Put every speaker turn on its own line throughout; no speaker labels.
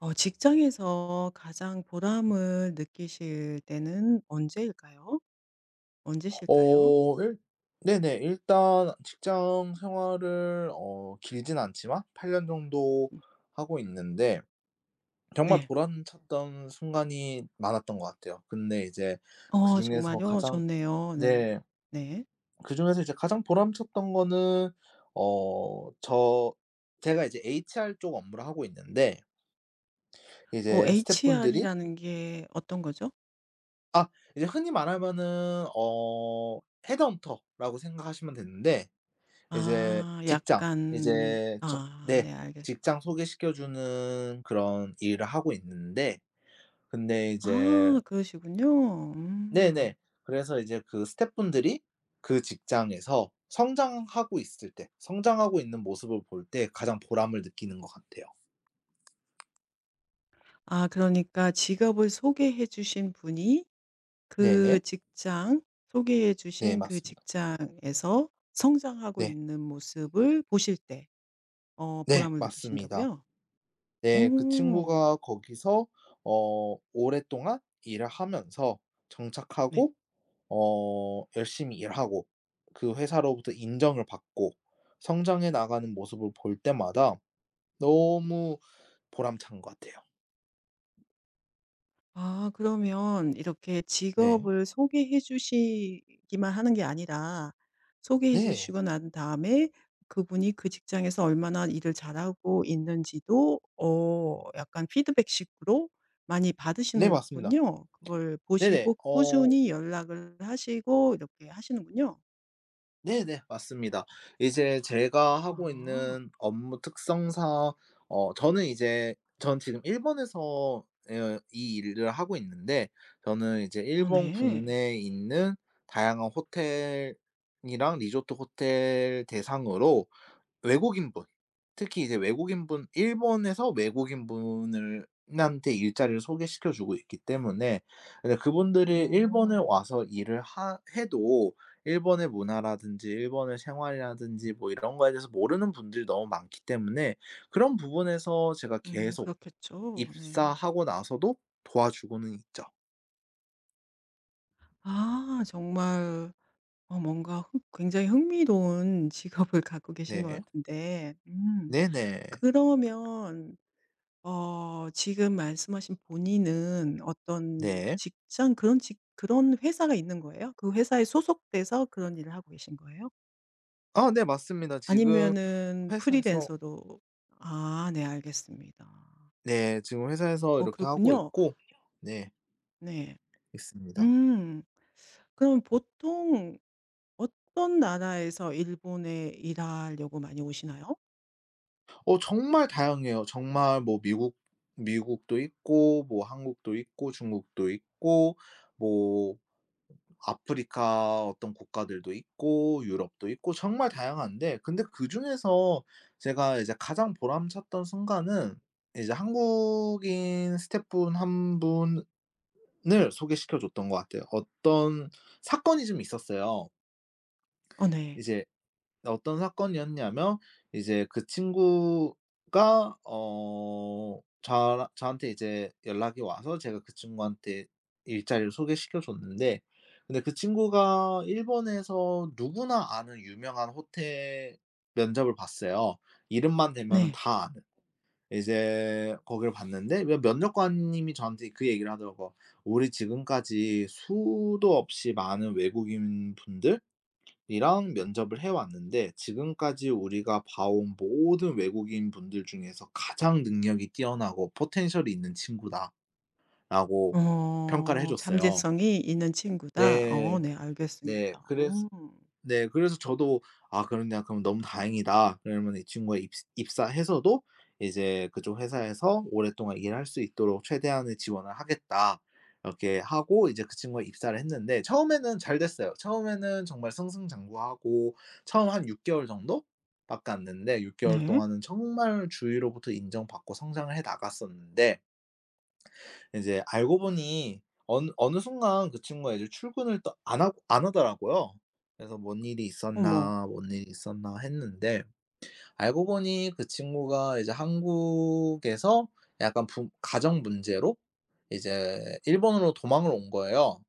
직장에서 가장 보람을 느끼실 때는 언제일까요? 언제실까요?
어 일 네네. 일단 직장 생활을 길진 않지만 8년 정도
음.
하고 있는데 정말
네.
보람찼던 순간이 많았던 것 같아요. 근데 이제
어,
그중에서
정말요?
가장.
좋네요. 네.
네.
네.
그중에서 이제 가장 보람찼던 거는 어 저 제가 이제 HR 쪽 업무를 하고 있는데
어
이제 스태프분들이.
HR이라는 게 어떤 거죠?
아 이제 흔히 말하면은 헤드헌터라고 생각하시면 되는데 이제
아
직장,
약간
이제
아
네.
네,
직장
알겠습니다.
소개시켜 주는 그런 일을 하고 있는데 근데 이제.
아, 그러시군요. 음.
네네. 그래서 이제 그 스태프분들이 그 직장에서 성장하고 있을 때 성장하고 있는 모습을 볼 때 가장 보람을 느끼는 것 같아요.
아, 그러니까 직업을 소개해 주신 분이 그
네.
직장 소개해
네
주신 그
맞습니다.
직장에서 성장하고
네.
있는 모습을 보실 때 어
네
보람을
맞습니다.
느끼신다고요?
네, 그
오,
친구가 거기서 오랫동안 일을 하면서
네.
정착하고 열심히 일하고 그 회사로부터 인정을 받고 성장해 나가는 모습을 볼 때마다 너무 보람찬 것 같아요.
아, 그러면 이렇게
네.
직업을 소개해 주시기만 하는 게 아니라 소개해
네.
주시고 난 다음에 그분이 그 직장에서 얼마나 일을 잘하고 있는지도 어 약간 피드백식으로 많이
네 맞습니다.
받으시는군요. 그걸
네네.
보시고 꾸준히 연락을 하시고 이렇게 하시는군요.
네네 맞습니다. 이제 제가 하고
아.
있는 업무 특성상 어 저는 이제 전 지금 일본에서 에 이 일을 하고 있는데, 저는 이제
어,
일본
네.
국내에 있는 다양한 호텔이랑 리조트 호텔 대상으로 외국인분, 특히 이제 외국인분 일본에서 외국인분을 한테 일자리를 소개시켜 주고 있기 때문에, 근데 그분들이 일본에
어.
와서 일을 하 해도 일본의 문화라든지 일본의 생활이라든지 뭐 이런 거에 대해서 모르는 분들이 너무 많기 때문에 그런 부분에서 제가
음,
계속
그렇겠죠. 네.
입사하고 나서도 도와주고는 있죠.
아 정말. 어 뭔가 흥 굉장히 흥미로운 직업을 갖고 계신 것
네.
같은데. 음,
네네.
그러면 어 지금 말씀하신 본인은 어떤
네.
직장, 그런 회사가 있는 거예요? 그 회사에 소속돼서 그런 일을 하고 계신 거예요?
네 맞습니다. 지금
아니면은
회사에서.
프리랜서로. 아 네, 알겠습니다.
네, 지금 회사에서
어,
이렇게 하고
그렇군요.
있고. 네.
네.
있습니다.
음. 그럼 보통 어떤 나라에서 일본에 일하려고 많이 오시나요?
정말 다양해요. 정말 뭐 미국도 있고 뭐 한국도 있고 중국도 있고 뭐 아프리카 어떤 국가들도 있고 유럽도 있고 정말 다양한데, 근데 그중에서 제가 이제 가장 보람찼던 순간은 이제 한국인 스태프분 한 분을 소개시켜 줬던 것 같아요. 어떤 사건이 좀 있었어요.
어, 네.
이제 어떤 사건이었냐면, 이제 그 친구가 저한테 이제 연락이 와서 제가 그 친구한테 일자리를 소개시켜 줬는데, 근데 그 친구가 일본에서 누구나 아는 유명한 호텔 면접을 봤어요. 이름만 대면은
네.
다 아는. 이제 거기를 봤는데 면 면접관님이 저한테 그 얘기를 하더라고요. "우리 지금까지 수도 없이 많은 외국인분들 이랑 면접을 해 왔는데 지금까지 우리가 봐온 모든 외국인 분들 중에서 가장 능력이 뛰어나고 포텐셜이 있는 친구다라고 평가를 해
어
줬어요.
잠재성이 있는 친구다. 어
네.
네
네.
알겠습니다.
그래서.
음.
네. 그래서 저도 '아 그렇냐. 그럼 너무 다행이다.' 그러면 이 친구가 입 입사해서도 이제 그쪽 회사에서 오랫동안 일할 수 있도록 최대한의 지원을 하겠다. 이렇게 하고 이제 그 친구가 입사를 했는데, 처음에는 잘 됐어요. 처음에는 정말 승승장구하고, 처음 한 6 개월 정도 밖에 안 됐는데 6 개월
네.
동안은 정말 주위로부터 인정받고 성장을 해 나갔었는데, 이제 알고 보니 어느 순간 그 친구가 이제 출근을 또 안 하고 안 하더라고요. 그래서 '뭔 일이
어머.
있었나, 뭔 일이 있었나.' 했는데, 알고 보니 그 친구가 이제 한국에서 약간 부 가정 문제로 이제 일본으로 도망을 온 거예요.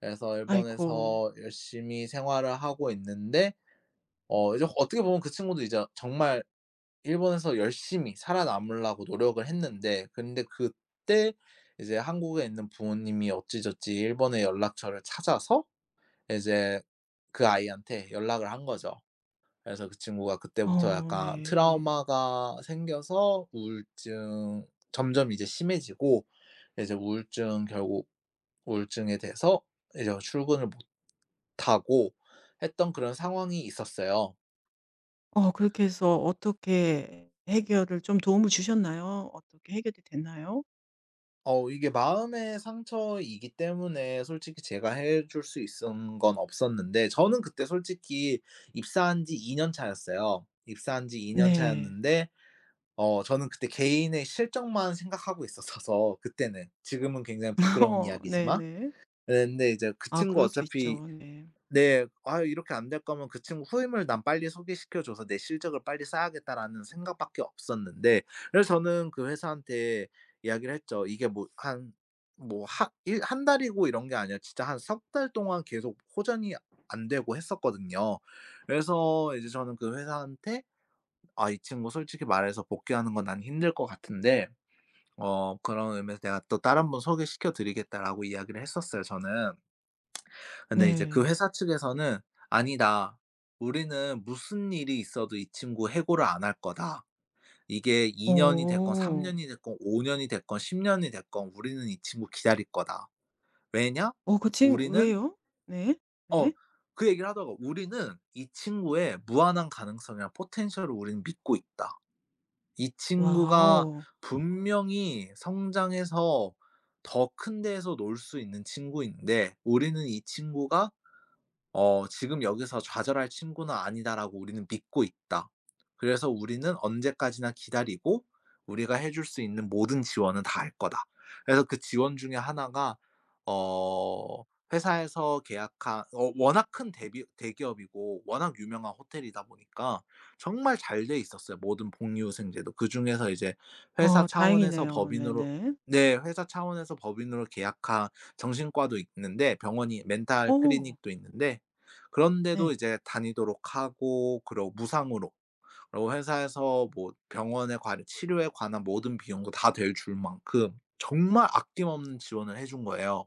그래서
아이고.
일본에서 열심히 생활을 하고 있는데, 이제 어떻게 보면 그 친구도 이제 정말 일본에서 열심히 살아남으려고 노력을 했는데, 근데 그때 이제 한국에 있는 부모님이 어찌저찌 일본의 연락처를 찾아서 이제 그 아이한테 연락을 한 거죠. 그래서 그 친구가 그때부터
어,
약간
네.
트라우마가 생겨서 우울증 점점 이제 심해지고, 이제 우울증 결국 우울증에 대해서 이제 출근을 못 하고 했던 그런 상황이 있었어요.
어 그렇게 해서 어떻게 해결을, 좀 도움을 주셨나요? 어떻게 해결이 됐나요?
이게 마음의 상처이기 때문에 솔직히 제가 해줄 수 있은 건 없었는데, 저는 그때 솔직히 입사한 지 2년 차였어요. 입사한 지 2년
네.
차였는데 저는 그때 개인의 실적만 생각하고 있었어서, 그때는. 지금은 굉장히 부끄러운
어
이야기지만.
네네.
예 근데 이제 그
아
친구
그럴 수
어차피.
있죠. 네.
네. '아 이렇게 안 될 거면 그 친구 후임을 난 빨리 소개시켜 줘서 내 실적을 빨리 쌓아야겠다.'라는 생각밖에 없었는데, 그래서 저는 그 회사한테 이야기를 했죠. 이게 뭐 한 뭐 하 일 한 달이고 이런 게 아니라 진짜 한 석 달 동안 계속 호전이 안 되고 했었거든요. 그래서 이제 저는 그 회사한테 "아 이 친구 솔직히 말해서 복귀하는 건 난 힘들 것 같은데 그런 의미에서 내가 또 다른 분 소개시켜 드리겠다."라고 이야기를 했었어요 저는. 근데 이제 그
네.
회사 측에서는, "아니다. 우리는 무슨 일이 있어도 이 친구 해고를 안 할 거다. 이게 2 년이 됐건 3
어.
년이 됐건 5 년이 됐건 10 년이 됐건 우리는 이 친구 기다릴 거다. 왜냐?
어 그 친,
우리는..."
왜요? 네.
어
네.
그 얘기를 하더라고. "우리는 이 친구의 무한한 가능성이랑 포텐셜을 우리는 믿고 있다. 이 친구가
와우.
분명히 성장해서 더 큰 데에서 놀 수 있는 친구인데, 우리는 이 친구가 '지금 여기서 좌절할 친구는 아니다.'라고 우리는 믿고 있다. 그래서 우리는 언제까지나 기다리고 우리가 해줄 수 있는 모든 지원은 다 할 거다." 그래서 그 지원 중에 하나가 어 회사에서 계약한, 워낙 큰 대비 대기업이고 워낙 유명한 호텔이다 보니까 정말 잘 돼 있었어요, 모든 복리후생제도. 그중에서 이제 회사
어
차원에서
다행이네요.
법인으로.
네네.
네, 회사 차원에서 법인으로 계약한 정신과도 있는데 병원이, 멘탈
어
클리닉도 있는데 그런데도
네.
이제 다니도록 하고, 그리고 무상으로 그리고 회사에서 뭐 병원에 관 치료에 관한 모든 비용도 다 대줄 만큼 정말 아낌없는 지원을 해준 거예요.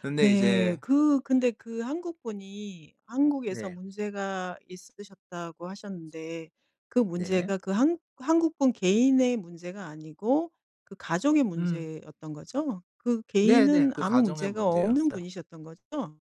근데
네.
이제.
그 근데 그 한국분이 한국에서
네.
문제가 있으셨다고 하셨는데 그
네.
문제가 그 한 한국분 개인의 문제가 아니고 그 가족의
음.
문제였던 거죠? 그
네네.
개인은
그
아무
가정의
문제가 없는
문제였어요.
분이셨던 거죠?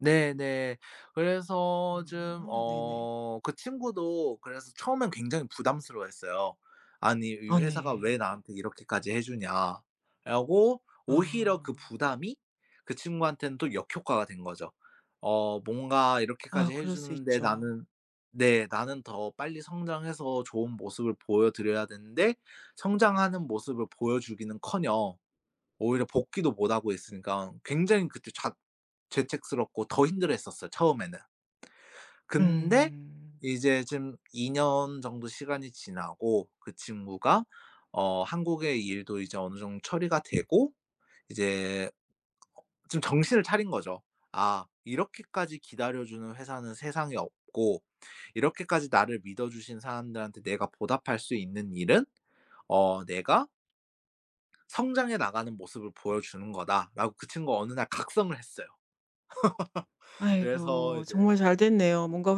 네네. 그래서 좀
아 네네.
그 친구도 그래서 처음엔 굉장히 부담스러워했어요. "아니 이
아
회사가 왜
네.
나한테 이렇게까지 해 주냐." 라고 오히려 그
아.
부담이 그 친구한테는 또 역효과가 된 거죠. 뭔가
아
이렇게까지 해
그럴 수
주는데
있죠.
나는. 네, 나는 더 빨리 성장해서 좋은 모습을 보여 드려야 되는데 성장하는 모습을 보여 주기는커녕 오히려 복귀도 못하고 있으니까 굉장히 그때 죄책스럽고 더 힘들어했었어요, 처음에는. 근데
음.
이제 지금 2년 정도 시간이 지나고 그 친구가 한국의 일도 이제 어느 정도 처리가 되고 이제 좀 정신을 차린 거죠. '아 이렇게까지 기다려주는 회사는 세상에 없고, 이렇게까지 나를 믿어주신 사람들한테 내가 보답할 수 있는 일은 내가 성장해 나가는 모습을 보여주는 거다.'라고 그 친구가 어느 날 각성을 했어요. 그래서
아이고,
이제.
정말 잘 됐네요. 뭔가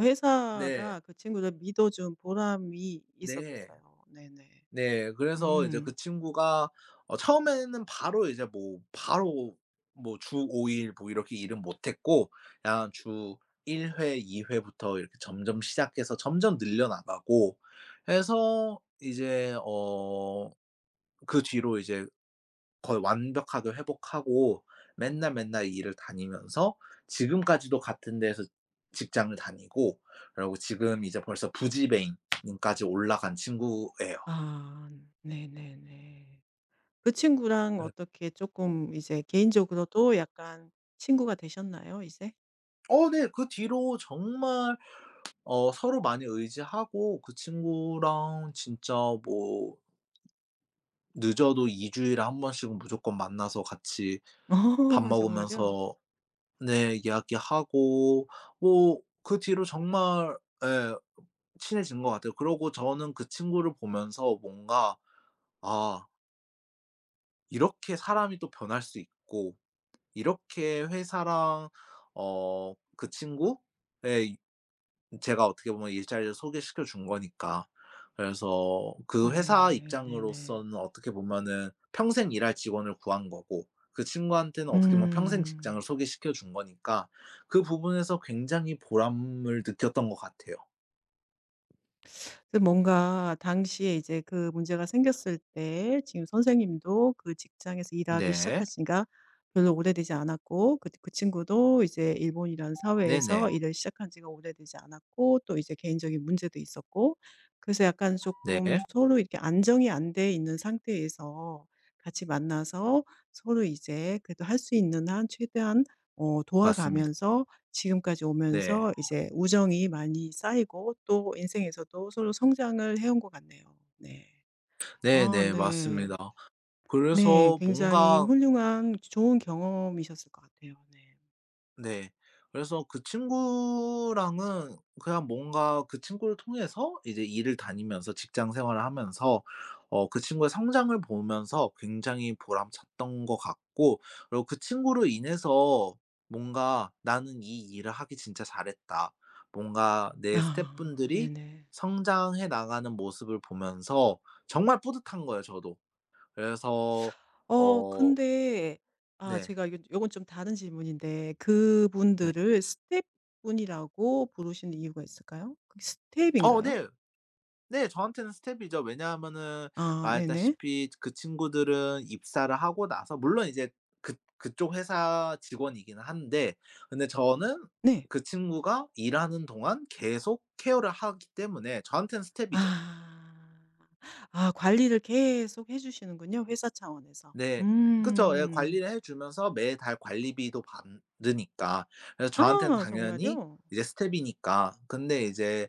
네.
회사가 그 친구를 믿어준 보람이
네.
있었겠어요. 네네.
네. 그래서 이제 그
음.
친구가 처음에는 바로 이제 뭐 주 5일 뭐 이렇게 일은 못 했고 그냥 주 1 회, 2 회부터 이렇게 점점 시작해서 점점 늘려 나가고 해서 이제 그 뒤로 이제 거의 완벽하게 회복하고 맨날 맨날 이 일을 다니면서 지금까지도 같은 데에서 직장을 다니고 그리고 지금 이제 벌써 부지배인까지 올라간 친구예요.
아 네네네. 그 친구랑
네.
어떻게 조금 이제 개인적으로도 약간 친구가 되셨나요 이제?
네. 그 뒤로 정말 서로 많이 의지하고 그 친구랑 진짜 뭐 늦어도 2 주일에 한 번씩은 무조건 만나서 같이 밥
어 정말요?
먹으면서 네 이야기하고, 뭐 그 뒤로 정말 예 친해진 것 같아요. 그러고 저는 그 친구를 보면서 뭔가 '아 이렇게 사람이 또 변할 수 있고, 이렇게 회사랑 어 그 친구의 제가 어떻게 보면 일자리를 소개시켜 준 거니까, 그래서 그
아
회사
네. 네네.
입장으로서는 어떻게 보면은 평생 일할 직원을 구한 거고, 그 친구한테는 어떻게 보면 평생 직장을
음.
소개시켜 준 거니까 그 부분에서 굉장히 보람을 느꼈던 것 같아요.
그래서 뭔가 당시에 이제 그 문제가 생겼을 때 지금 선생님도 그 직장에서 일하기 시작
네.
한 지가 별로 오래되지 않았고 그, 그 친구도 이제 일본이라는
네네.
사회에서 일을 시작한 지가 오래되지 않았고, 또 이제 개인적인 문제도 있었고, 그래서 약간
네.
조금 서로 이렇게 안정이 안 돼 있는 상태에서 같이 만나서 서로 이제 그래도 할 수 있는 한 최대한 어,
맞습니다.
도와가면서 지금까지
네.
오면서 이제 우정이 많이 쌓이고 또 인생에서도 서로 성장을 해온 것 같네요. 네. 아
네네. 맞습니다.
네. 네.
그래서
굉장히
뭔가.
훌륭한 좋은 경험이셨을 것 같아요. 네.
네. 그래서 그 친구랑은 그냥 뭔가 그 친구를 통해서 이제 일을 다니면서 직장 생활을 하면서, 그 친구의 성장을 보면서 굉장히 보람찼던 것 같고, 그리고 그 친구로 인해서 뭔가 '나는 이 일을 하기 진짜 잘했다.' 뭔가 내
아
스태프분들이
네네.
성장해 나가는 모습을 보면서 정말 뿌듯한 거예요, 저도. 그래서.
어
어
근데 아,
네.
제가 이건, 요건 좀 다른 질문인데
네.
그분들을 스텝분이라고 부르시는 이유가 있을까요? 그게 스텝인가요?
네. 네. 저한테는 스텝이죠. 왜냐하면은
아 네네.
말했다시피 그 친구들은 입사를 하고 나서 물론 이제 그쪽 회사 직원이기는 한데, 근데 저는
네.
그 친구가 일하는 동안 계속 케어를 하기 때문에 저한테는 스텝이죠.
아. 아 관리를 계속 해 주시는군요, 회사 차원에서.
네. 그쵸. 예,
음.
관리를 해 주면서 매달 관리비도 받으니까. 그래서 저한테는
아
당연히
정말요?
이제 스텝이니까. 근데 이제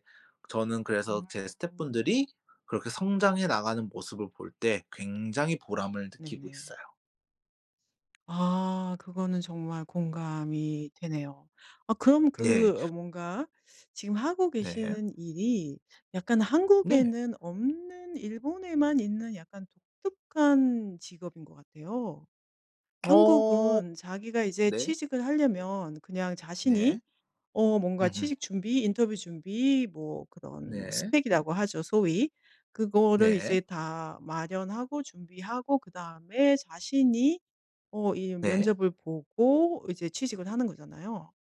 저는 그래서
음.
제 스텝분들이 그렇게 성장해 나가는 모습을 볼 때 굉장히 보람을 느끼고
네네.
있어요.
아 그거는 정말 공감이 되네요. 아 그럼
네.
뭔가 지금 하고
네.
계시는 일이 약간
네.
한국에는 없는 일본에만 있는 약간 독특한 직업인 것 같아요.
어
한국은 자기가 이제
네.
취직을 하려면 그냥 자신이
네.
어 뭔가
음음.
취직 준비, 인터뷰 준비, 뭐 그런 뭐
네.
스펙이라고 하죠, 소위. 그거를
네.
이제 다 마련하고 준비하고, 그다음에 자신이 어 이
네.
면접을 보고 이제 취직을 하는 거잖아요.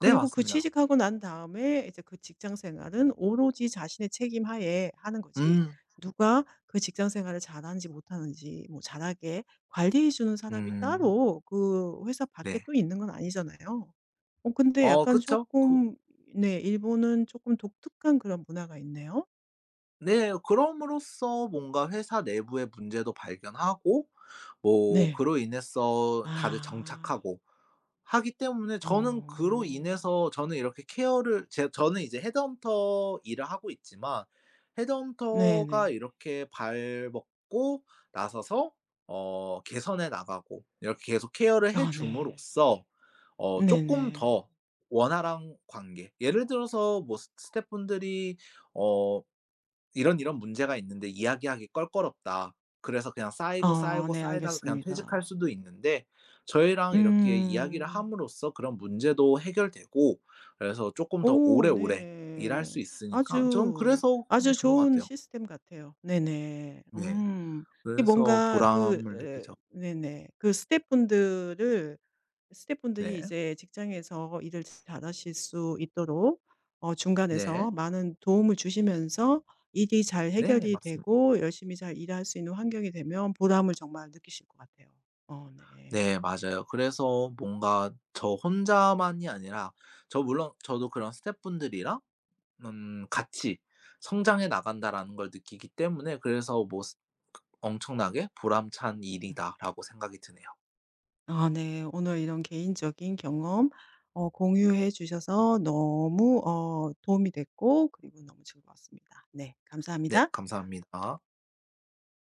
네
그
맞습니다.
취직하고 난 다음에 이제 그 직장 생활은 오로지 자신의 책임 하에 하는 거지,
음.
누가 그 직장 생활을 잘하는지 못하는지, 뭐 잘하게 관리해 주는 사람이
음.
따로 그 회사 밖에
네.
또 있는 건 아니잖아요. 어 근데 약간
그쵸.
조금, 네 일본은 조금 독특한 그런 문화가 있네요.
네. 그럼으로써 뭔가 회사 내부의 문제도 발견하고 뭐
네.
그로 인해서 다들
아.
정착하고 하기 때문에
어.
저는 그로 인해서 저는 이렇게 케어를 제 저는 이제 헤드헌터 일을 하고 있지만, 헤드헌터가
네네.
이렇게 발벗고 나서서 개선해 나가고 이렇게 계속 케어를 해
아 네.
줌으로써 쪼끔
네네.
더 원활한 관계, 예를 들어서 뭐 스 스태프분들이 어 "이런 이런 문제가 있는데 이야기하기 껄끄럽다." 그래서 그냥 쌓이고
아
쌓이고
네,
쌓이다가 그냥 퇴직할
알겠습니다.
수도 있는데, 저희랑 이렇게 이야기를
음.
함으로써 그런 문제도 해결되고, 그래서 쪼끔 더
오,
오래오래 일할
네.
수 있으니까 저는
아주,
그래서
아주
좋은 것
좋은
같아요.
시스템 같아요. 네네.
네.
음. 이게
그래서
뭔가 그
보람을
에
느끼죠.
네네. 그 스태프분들을 스태프분들이
네.
이제 직장에서 일을 잘하실 수 있도록 어
네.
중간에서 많은 도움을 주시면서 일이 잘
네네
해결이
맞습니다.
되고 열심히 잘 일할 수 있는 환경이 되면 보람을 정말 느끼실 것 같아요. 어 네.
네 맞아요. 그래서 뭔가 저 혼자만이 아니라 저 물론 저도 그런 스태프분들이랑 같이 성장해 나간다라는 걸 느끼기 때문에 그래서 뭐 '엄청나게 보람찬 일이다.'라고 생각이 드네요.
아 네. 오늘 이런 개인적인 경험 어 공유해 주셔서 너무 어 도움이 됐고, 그리고 너무 즐거웠습니다. 네.
네
감사합니다.
감사합니다.